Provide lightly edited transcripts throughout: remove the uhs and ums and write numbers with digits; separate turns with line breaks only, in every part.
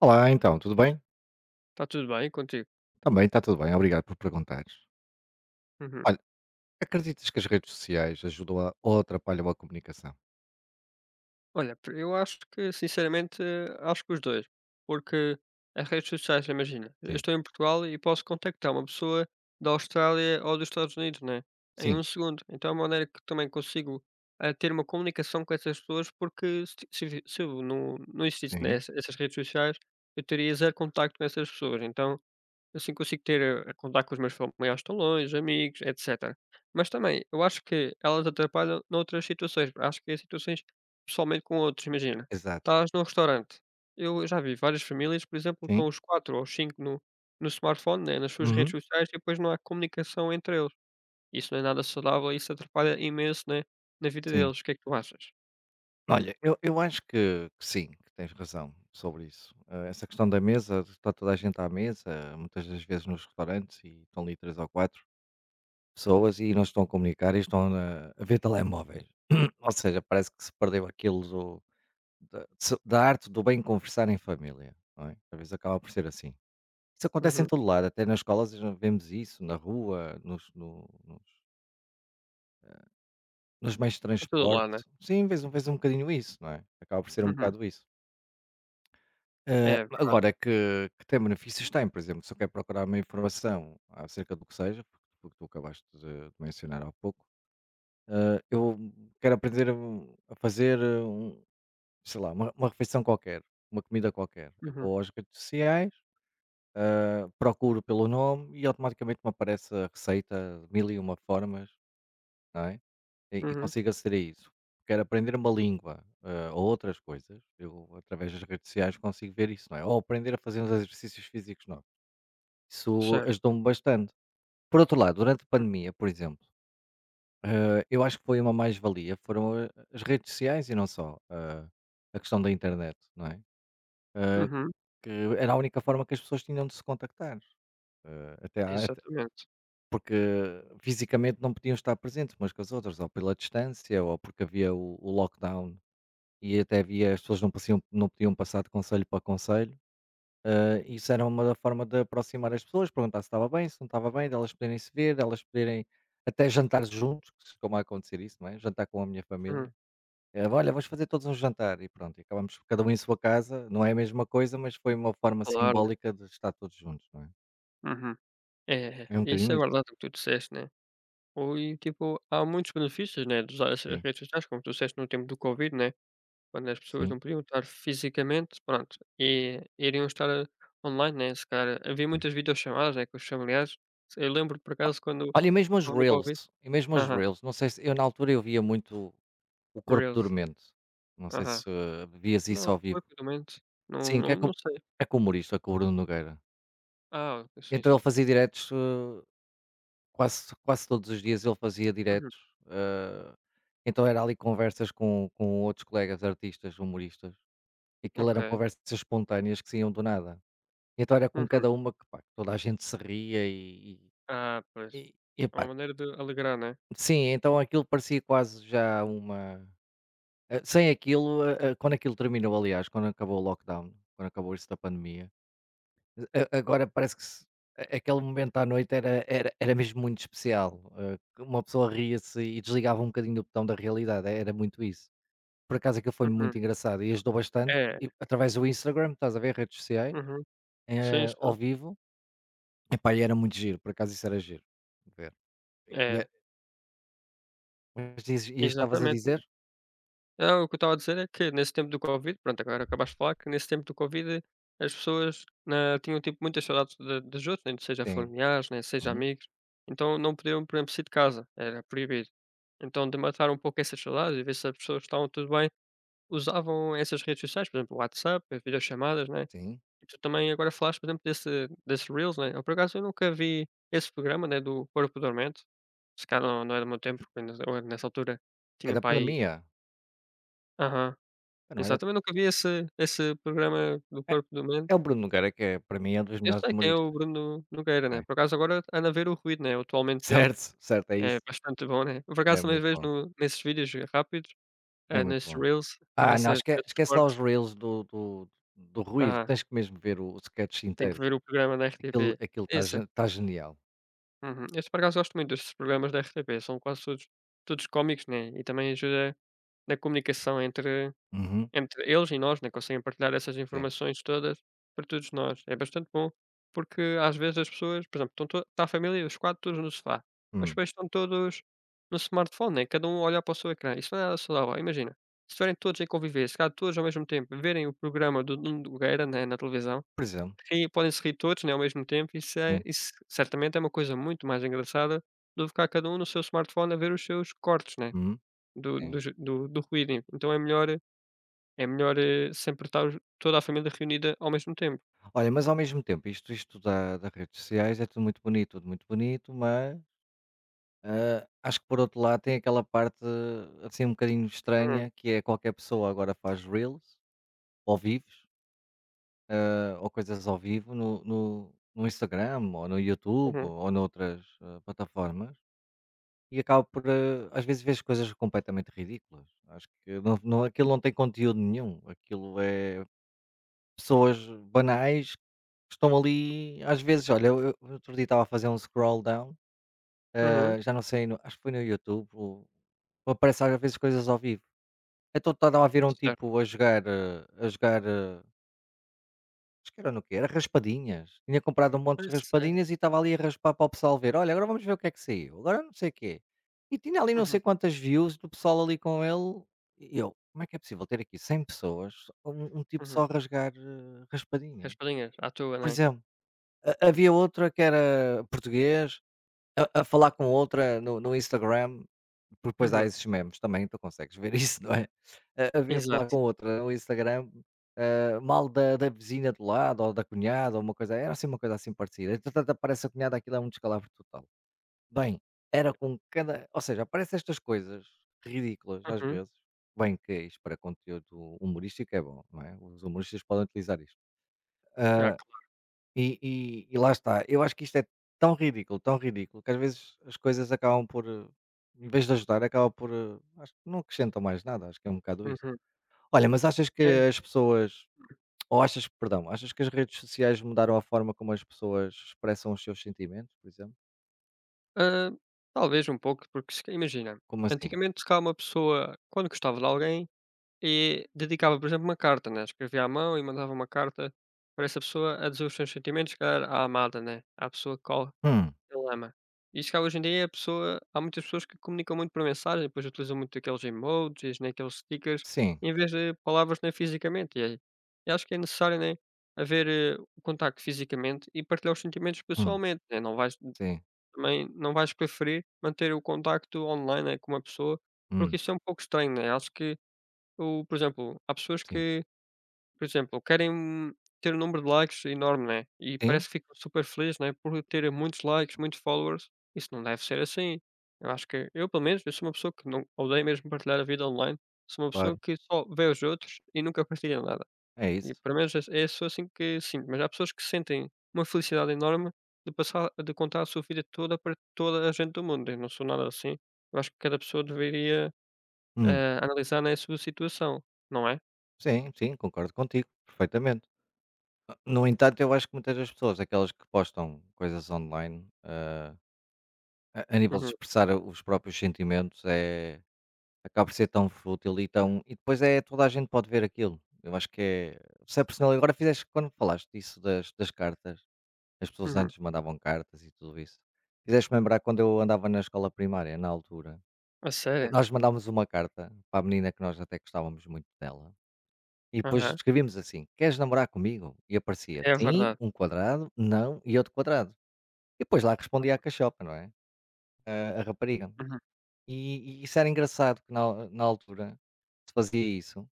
Olá, então, tudo bem?
Está tudo bem contigo?
Também está tudo bem, obrigado por perguntares.
Uhum.
Olha, acreditas que as redes sociais ajudam a, ou atrapalham a comunicação?
Olha, eu acho que, sinceramente, acho que os dois. Porque as redes sociais, imagina, eu
Sim,
estou em Portugal e posso contactar uma pessoa da Austrália ou dos Estados Unidos, né? Em
sim,
um segundo. Então é uma maneira que também consigo ter uma comunicação com essas pessoas, porque se eu não existisse né,
sim,
essas redes sociais, eu teria zero contacto com essas pessoas. Então assim consigo ter, contar com os meus familiares tão longe, amigos, etcétera. Mas também, eu acho que elas atrapalham noutras situações, acho que é situações pessoalmente com outros, imagina,
exato,
estás num restaurante, eu já vi várias famílias, por exemplo,
sim,
estão os 4 ou os 5 no smartphone, né, nas suas redes
uhum,
sociais e depois não há comunicação entre eles. Isso não é nada saudável e isso atrapalha imenso, né, na vida
sim.
deles, o que é que tu achas?
Olha, eu acho que sim, que tens razão sobre isso. Essa questão da mesa, está toda a gente à mesa, muitas das vezes nos restaurantes, e estão ali três ou quatro pessoas e não estão a comunicar e estão a ver telemóveis. Ou seja, parece que se perdeu aquilo do, Da se da arte do bem conversar em família, não é? Às acaba por ser assim. Isso acontece em
Uhum.
todo lado, até nas escolas já vemos isso, na rua, nos no nos nos meios de
Em todo o né?
transporte. Sim, vês um bocadinho isso, não é? Acaba por ser um
Uhum.
bocado isso.
É verdade.
Agora que tem benefícios, tem. Por exemplo, se eu quero procurar uma informação acerca do que seja, porque tu acabaste de mencionar há pouco, eu quero aprender, a fazer um sei lá, uma refeição qualquer, uma comida qualquer. Eu
Uhum,
vou às redes sociais, procuro pelo nome e automaticamente me aparece a receita de mil e uma formas, não é? E
uhum.
consigo aceder a isso. Quero aprender uma língua ou outras coisas, eu através das redes sociais consigo ver isso, não é? Ou aprender a fazer uns exercícios físicos novos. Isso
Certo.
ajudou-me bastante. Por outro lado, durante a pandemia, por exemplo, eu acho que foi uma mais-valia, as redes sociais e não só, a questão da internet, não é? Eh,
Uhum.
que era a única forma que as pessoas tinham de se contactar. eh, até, à-
Exatamente.
Porque fisicamente não podiam estar presentes umas com as outras, ou pela distância, ou porque havia o lockdown e até havia as pessoas não podiam passar de conselho para conselho. Isso era uma forma de aproximar as pessoas, perguntar se estava bem, se não estava bem, delas poderem se ver, delas poderem até jantar juntos, como costuma acontecer isso, não é, jantar com a minha
Uhum.
família. "Olha, vamos fazer todos um jantar" e pronto, e acabamos cada um em sua casa, não é a mesma coisa, mas foi uma forma
Claro, né?
simbólica de estar todos juntos, não é.
Uhum. É,
É um
isso
bocadinho
é
isso.
verdade o que tu disseste, né. Ou e tipo, há muitos benefícios, né, de usar essas
Sim,
redes sociais, como tu disseste no tempo do Covid, né, quando as pessoas
sim,
não podiam estar fisicamente, pronto, e iriam estar, online, né, se calhar havia
sim.
muitas videochamadas, né, com os familiares. Eu lembro por acaso quando
Olha,
estava no Covid
e mesmo as
aham.
reels, não sei se eu na altura eu via muito o Corpo
Reels,
Dormente, não sei
aham.
se vias
Não,
isso ao vivo.
rapidamente.
Sim,
não
que
não não sei.
é com o humorista, com o Bruno Nogueira.
Ah, ok, sim,
Então ele
sim.
fazia diretos, quase quase todos os dias ele fazia
Uhum,
diretos, eh, então era ali conversas com outros colegas artistas, humoristas, e aquilo eram
ok.
conversas espontâneas que saíam do nada. Então era com
Uhum.
cada uma que, pá, toda a gente se ria e
Ah, pois.
e e
É
epá,
uma maneira de alegrar, né.
sim, então aquilo parecia quase já uma sem aquilo, quando aquilo terminou, aliás, quando acabou o lockdown, quando acabou isso da pandemia, a- agora parece que se- a- aquele momento à noite era mesmo muito especial. Que uma pessoa ria-se e desligava um bocadinho do botão da realidade, era muito isso. Por acaso aquilo foi muito
Uhum.
engraçado e ajudou bastante.
É.
Através do Instagram, estás a ver, redes sociais,
Uhum. Sim, sim.
ao vivo, epá, e era muito giro, por acaso isso era giro. Ver. E, é-
É.
e estavas a
Exatamente, né.
dizer?
Não, o que eu estava a dizer é que nesse tempo do Covid, pronto, agora acabaste de falar que nesse tempo do Covid as pessoas, né, tinham, tipo, muitas saudades de dos outros, né, seja
Sim.
familiares, né, seja
Uhum.
amigos, então não podiam, por exemplo, sair de casa, era proibido. Então de matar um pouco essas saudades e ver se as pessoas estavam tudo bem, usavam essas redes sociais, por exemplo, o WhatsApp, as videochamadas, né,
Sim.
e tu também agora falaste, por exemplo, desse reels, né, eu por acaso eu nunca vi esse programa, né, do Corpo Dormente, se calhar não é do meu tempo, porque nessa altura
É
tinha
da
para aí
pandemia.
aham.
Não é da
Exato, também nunca vi esse programa do Corpo do Medo.
É o Bruno Nogueira que é, para mim, é um dos
Eu
melhores
sei quem é o
humoristas,
Bruno Nogueira, né,
é.
por acaso agora ando a ver o Ruído, né, o atualmente dele,
Certo, certo, é
é
isso.
bastante bom, né. Por
É
acaso também
muito
vejo
bom,
no nesses vídeos rápidos,
é muito
nesses
bom.
reels,
Ah, não,
nessa nesses
esquece lá
cortes.
os reels do do Rui,
Ah,
tens que mesmo ver o sketch
tem que
inteiro.
ver o programa da RTP.
Aquilo está
Esse.
ge está genial.
Uhum. Esse por acaso gosto muito destes programas da RTP, são quase todos todos cómicos, né, e também ajuda na comunicação entre
Uhum,
entre eles e nós, né, conseguem partilhar essas
sim.
informações todas para todos nós. É bastante bom, porque às vezes as pessoas, por exemplo, estão to está a família, os 4 todos no sofá, mas
Hum.
depois estão todos no smartphone, né, cada um a olhar para o seu ecrã, isso não é nada saudável. Imagina, se estiverem todos a conviver, se calhar todos ao mesmo tempo verem o programa do Nuno Nogueira, né, na televisão,
Por exemplo,
aí podem-se rir todos, né, ao mesmo tempo, isso é
sim.
isso certamente é uma coisa muito mais engraçada do que ficar cada um no seu smartphone a ver os seus cortes, né,
Uhum,
do
sim.
dos do do ruído. Então é melhor, sempre estar os toda a família reunida ao mesmo tempo.
Olha, mas ao mesmo tempo, isto da das redes sociais é tudo muito bonito, mas, acho que por outro lado tem aquela parte, assim, um bocadinho
Uhum,
estranha, que é qualquer pessoa agora faz reels, ou vivos ou coisas ao vivo no Instagram, ou no YouTube,
uhum,
ou noutras plataformas, e acabo por, às vezes, vejo coisas completamente ridículas. Acho que não, aquilo não tem conteúdo nenhum, aquilo é pessoas banais que estão ali, às vezes, olha, eu outro dia estava a fazer um scroll down,
uhum,
já não sei, acho que foi no YouTube, ou aparecem às vezes coisas ao vivo. Então estava a ver um
certo.
tipo a jogar, acho que era no quê? Era raspadinhas. Tinha comprado um
A
monte de raspadinhas
sério?
e estava ali a raspar para o pessoal ver. Olha, agora vamos ver o que é que saiu. Agora não sei o quê. E tinha ali não sei
Uhum,
quantas views do pessoal ali com ele. E eu, como é que é possível ter aqui 100 pessoas, um tipo só
uhum.
a rasgar
As
raspadinha?
palhinhas, à toa, não
Por
é?
exemplo, havia outra que era português, a falar com outra no Instagram, porque depois há
Uhum,
esses memes também, tu consegues ver isso, não é? A ver falar
exato.
com outra no Instagram, ah, mal da vizinha do lado ou da cunhada ou uma coisa era assim uma coisa assim parecida. Entretanto aparece a cunhada, aquilo é um descalabro total. Bem, era com cada ou seja, aparecem estas coisas ridículas às
Uhum.
vezes, bem que isto para conteúdo humorístico é bom, não é? Os humoristas podem utilizar isto.
Ah,
Ah,
claro.
Lá está, eu acho que isto é tão ridículo, que às vezes as coisas acabam por, em vez de ajudar, acabam por, acho que não acrescentam mais nada, acho que é um bocado isso.
Uhum.
Olha, mas achas que
É,
as pessoas ou achas, perdão, achas que as redes sociais mudaram a forma como as pessoas expressam os seus sentimentos, por exemplo?
hã, talvez um pouco, porque se ca imagina,
Como assim?
antigamente se calhar uma pessoa, quando gostava de alguém, e dedicava, por exemplo, uma carta, né, escrevia à mão e mandava uma carta para essa pessoa a dizer os seus sentimentos, se calhar, à amada, né, à pessoa qual
Hum,
dilema. Isto cá Hoje em dia é a pessoa há muitas pessoas que comunicam muito por mensagem, depois utilizam muito aqueles emojis, né, aqueles stickers,
sim,
em vez de palavras, né, fisicamente. E acho que é necessário, né, haver, o contacto fisicamente e partilhar os sentimentos
hum,
pessoalmente, né, não vais
sim,
também não vais preferir manter o contacto online, né, com uma pessoa, porque
hum,
isso é um pouco estranho, né. Acho que o por exemplo, há pessoas
sim.
que por exemplo, querem, ter um número de likes enorme, né, e
Sim,
parece que ficam super felizes, né, por terem muitos likes, muitos followers. Isso não deve ser assim. Eu acho que eu, pelo menos, eu sou uma pessoa que não odeio mesmo partilhar a vida online, sou uma pessoa
claro,
que só vê os outros e nunca partilha nada.
é
E
isso.
pelo menos é só assim que sinto, mas há pessoas que sentem uma felicidade enorme de contar a sua vida toda para toda a gente do mundo. Eu não sou nada assim. Eu acho que cada pessoa deveria,
Hum,
analisar, né, a sua situação, não é?
sim, sim, concordo contigo, perfeitamente. No entanto, eu acho que muitas das pessoas, aquelas que postam coisas online, a nível de
Uhum,
expressar os próprios sentimentos, é, acaba por ser tão fútil e tão. E depois é toda a gente pode ver aquilo. Eu acho que é. Se é personal, agora fizeste, quando falaste disso das cartas, as pessoas
uhum.
antes mandavam cartas e tudo isso. Fizeste-me lembrar quando eu andava na escola primária, na altura.
A sério?
Nós mandávamos uma carta para a menina que nós até gostávamos muito dela. E depois
Aham.
escrevíamos assim: "Queres namorar comigo?" E aparecia
É
sim,
verdade.
um quadrado, não e outro quadrado. E depois lá respondia a cachopa, não é? A a rapariga.
Uhum,
E isso era engraçado que na altura se fazia isso,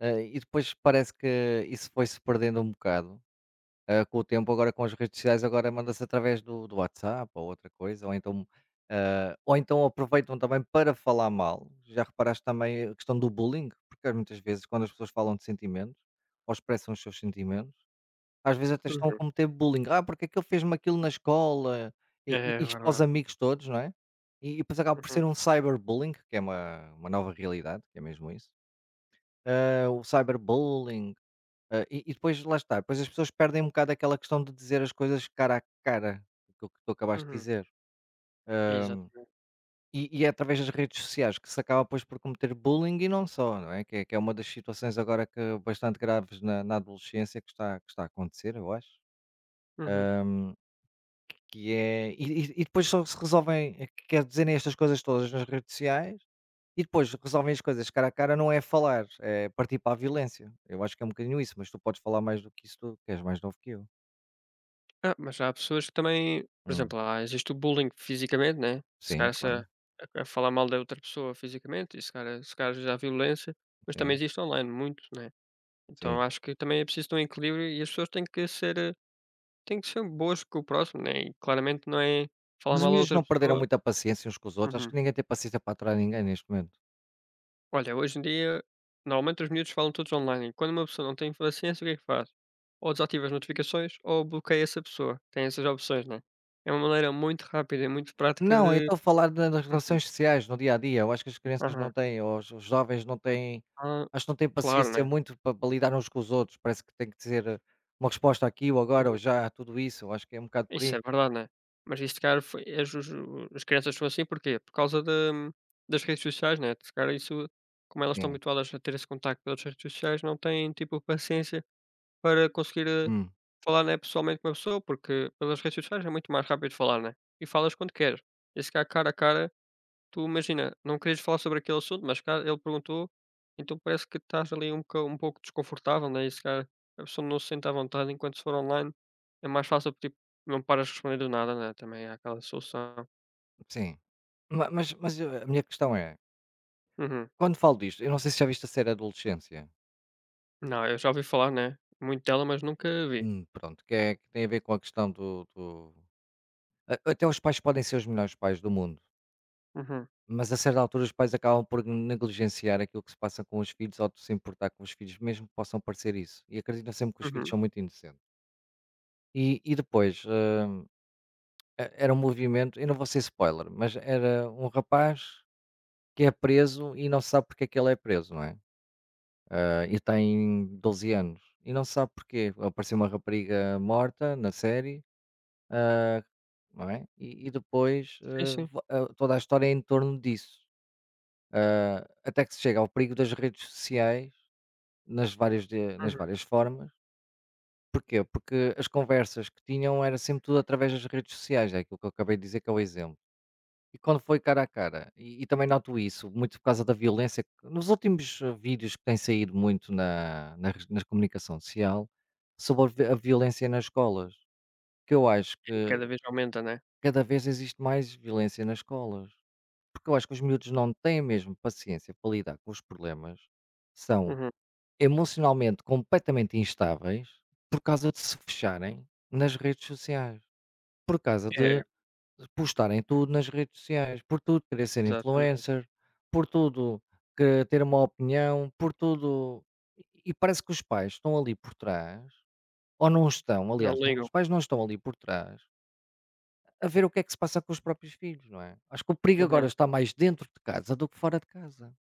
e depois parece que isso foi-se perdendo um bocado. Ah, com o tempo agora com as redes sociais agora manda-se através do WhatsApp ou outra coisa, ou então, ah, ou então aproveitam também para falar mal. Já reparaste também a questão do bullying? Porque muitas vezes quando as pessoas falam de sentimentos, ou expressam os seus sentimentos, às vezes até estão a
uhum.
cometer bullying. "Ah, porque é que ele fez-me aquilo na escola",
É
e isto para os
verdade.
amigos todos, não é? E depois acaba por ser
Uhum,
um cyberbullying, que é uma nova realidade, que é mesmo isso. Ah, o cyberbullying, e depois lá está, depois as pessoas perdem um bocado aquela questão de dizer as coisas cara a cara, aquilo que tu acabaste de
uhum.
dizer.
Exatamente.
E é através das redes sociais que se acaba depois por cometer bullying e não só, não é? Que é uma das situações agora que bastante graves na adolescência que está a acontecer, eu acho.
Uhum.
Hum, que é, e- E depois só se resolvem, quer dizer, estas coisas todas nas redes sociais e depois resolvem as coisas cara a cara, não é falar, é partir para a violência. Eu acho que é um bocadinho isso, mas tu podes falar mais do que isso, tu que és mais novo que eu.
Ah, mas há pessoas que também por
Hum,
exemplo, há existe o bullying fisicamente, né, se
Sim,
calhar se
claro.
a falar mal da outra pessoa fisicamente e se calhar já há violência, mas também
Sim,
existe online muito, né, então
sim.
acho que também é preciso de um equilíbrio e as pessoas têm que ser têm que ser boas com o próximo, né, e claramente não é falar
Mas os
mal a
miúdos
outra
não perderam
pessoa
muita paciência uns com os outros? Acho
uhum.
que ninguém tem paciência para aturar ninguém neste momento.
Olha, hoje em dia, normalmente os miúdos falam todos online. E quando uma pessoa não tem paciência, o que é que faz? Ou desativa as notificações ou bloqueia essa pessoa. Tem essas opções, né? É uma maneira muito rápida e muito prática
Não, eu
de.
estou a falar da das
Uhum.
relações sociais, no dia a dia. Eu acho que as crianças não
Aham.
têm, ou os jovens não têm,
Ah,
acho que não têm
claro,
paciência
né?
muito para, para lidar uns com os outros. Parece que tem que ser uma resposta aqui ou agora ou
Uhum.
já, tudo isso. Eu acho que é um bocado por
Isso é
aí.
verdade, né? Mas isto, cara, foi, as crianças são assim porquê? Por causa da das redes sociais, né? Se calhar isso, como elas estão
Sim,
habituadas a ter esse contacto pelas redes sociais, não têm, tipo, paciência para conseguir,
hum,
falar, né, pessoalmente com a pessoa, porque pelas redes sociais é muito mais rápido falar, né, e falas quando queres. E se cá cara a cara, tu imagina, não querias falar sobre aquele assunto, mas cá ele perguntou, então parece que estás ali um boca um pouco desconfortável, né, e se calhar a pessoa não se sente à vontade, enquanto se for online é mais fácil, tipo, não paras de responder do nada, né, também há aquela solução.
sim. Mas a minha questão é,
Uhum.
quando falo disto, eu não sei se já viste a série Adolescência.
Não, eu já ouvi falar, né, muito dela, mas nunca vi.
Pronto, que tem a ver com a questão até os pais podem ser os melhores pais do mundo.
Uhum,
Mas a certa altura os pais acabam por negligenciar aquilo que se passa com os filhos ou de se importar com os filhos, mesmo que possam parecer isso. E acreditam sempre que os filhos
uhum.
são muito inocentes. E depois, era um movimento, eu não vou ser spoiler, mas era um rapaz que é preso e não se sabe porque é que ele é preso, não é? Ah, e tem 12 anos. E não se sabe porquê. Apareceu uma rapariga morta na série, não é? E depois
Sim, sim.
toda a história é em torno disso. Ah, até que se chega ao perigo das redes sociais nas
Uhum.
várias formas. Porquê? Porque as conversas que tinham era sempre tudo através das redes sociais, é aquilo que eu acabei de dizer que é o exemplo. E quando foi cara a cara e também noto isso, muito por causa da violência que nos últimos vídeos que têm saído muito na comunicação social, sobre a violência nas escolas, que eu acho
E
que
cada vez aumenta, né.
cada vez existe mais violência nas escolas, porque eu acho que os miúdos não têm mesmo paciência para lidar com os problemas, são
Uhum.
emocionalmente completamente instáveis por causa de se fecharem nas redes sociais, por causa de
É,
postarem tudo nas redes sociais, por tudo querer ser
exatamente.
influencer, por tudo que ter uma opinião, por tudo. E parece que os pais estão ali por trás, ou não estão,
Não
aliás, os
ligam.
pais não estão ali por trás a ver o que é que se passa com os próprios filhos, não é? Acho que o perigo agora
Uhum.
está mais dentro de casa do que fora de casa.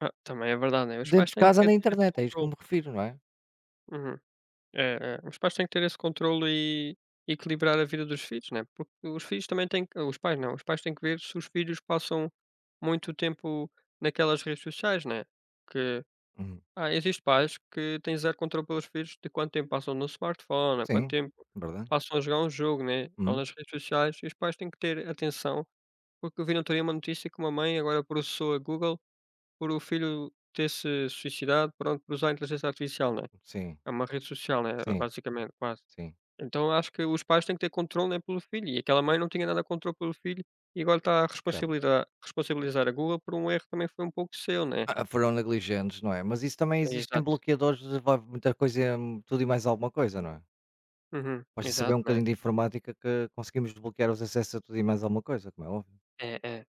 Ah, também é verdade, né, os pais
Dentro de
têm que
casa
ter
na
esse
internet, é isso que eu
controle.
me refiro, não é?
Uhum. É, é. Os pais têm que ter esse controle e equilibrar a vida dos filhos, né, porque os filhos também têm que os pais não, os pais têm que ver se os filhos passam muito tempo naquelas redes sociais, né, que
Uhum.
ah, existem pais que têm zero controle pelos filhos de quanto tempo passam no smartphone, há quanto
Sim,
tempo
verdade.
passam a jogar um jogo, né, ou
Uhum.
nas redes sociais, e os pais têm que ter atenção, porque eu vi na outro uma notícia que uma mãe agora processou a Google por o filho ter se suicidado, pronto, por usar a inteligência artificial, né.
Sim,
É uma rede social, né,
sim,
basicamente, quase.
sim.
Então acho que os pais têm que ter controle, né, pelo filho e aquela mãe não tinha nada de controle pelo filho e agora está a
Caramba.
responsabilidar responsabilizar a Google por um erro que também foi um pouco seu, né.
Ah, ah, foram negligentes, não é? Mas isso também existem
Exato.
bloqueadores, envolve muita coisa, tudo e mais alguma coisa, não é?
Uhum.
Basta saber um
Exato, né.
bocadinho de informática que conseguimos bloquear os acessos a tudo e mais alguma coisa, como é óbvio.
É, é.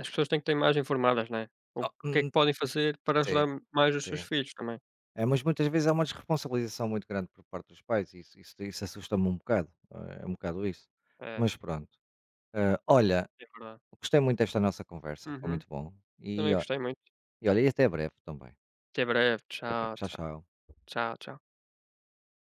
As pessoas têm que ter mais informadas, né. O
Oh,
que é que podem fazer para
sim,
ajudar mais os seus
sim.
filhos também.
É, mas muitas vezes há uma desresponsabilização muito grande por parte dos pais, isso assusta-me um bocado, é um bocado isso.
É,
Mas pronto. Olha,
é verdade.
gostei muito desta nossa conversa, foi
Uhum.
muito bom. E,
Também
ó-
gostei muito.
e olha, e até breve também.
Até breve.
Até breve.
Tchau,
Tchau,
tchau,
tchau.
tchau, tchau.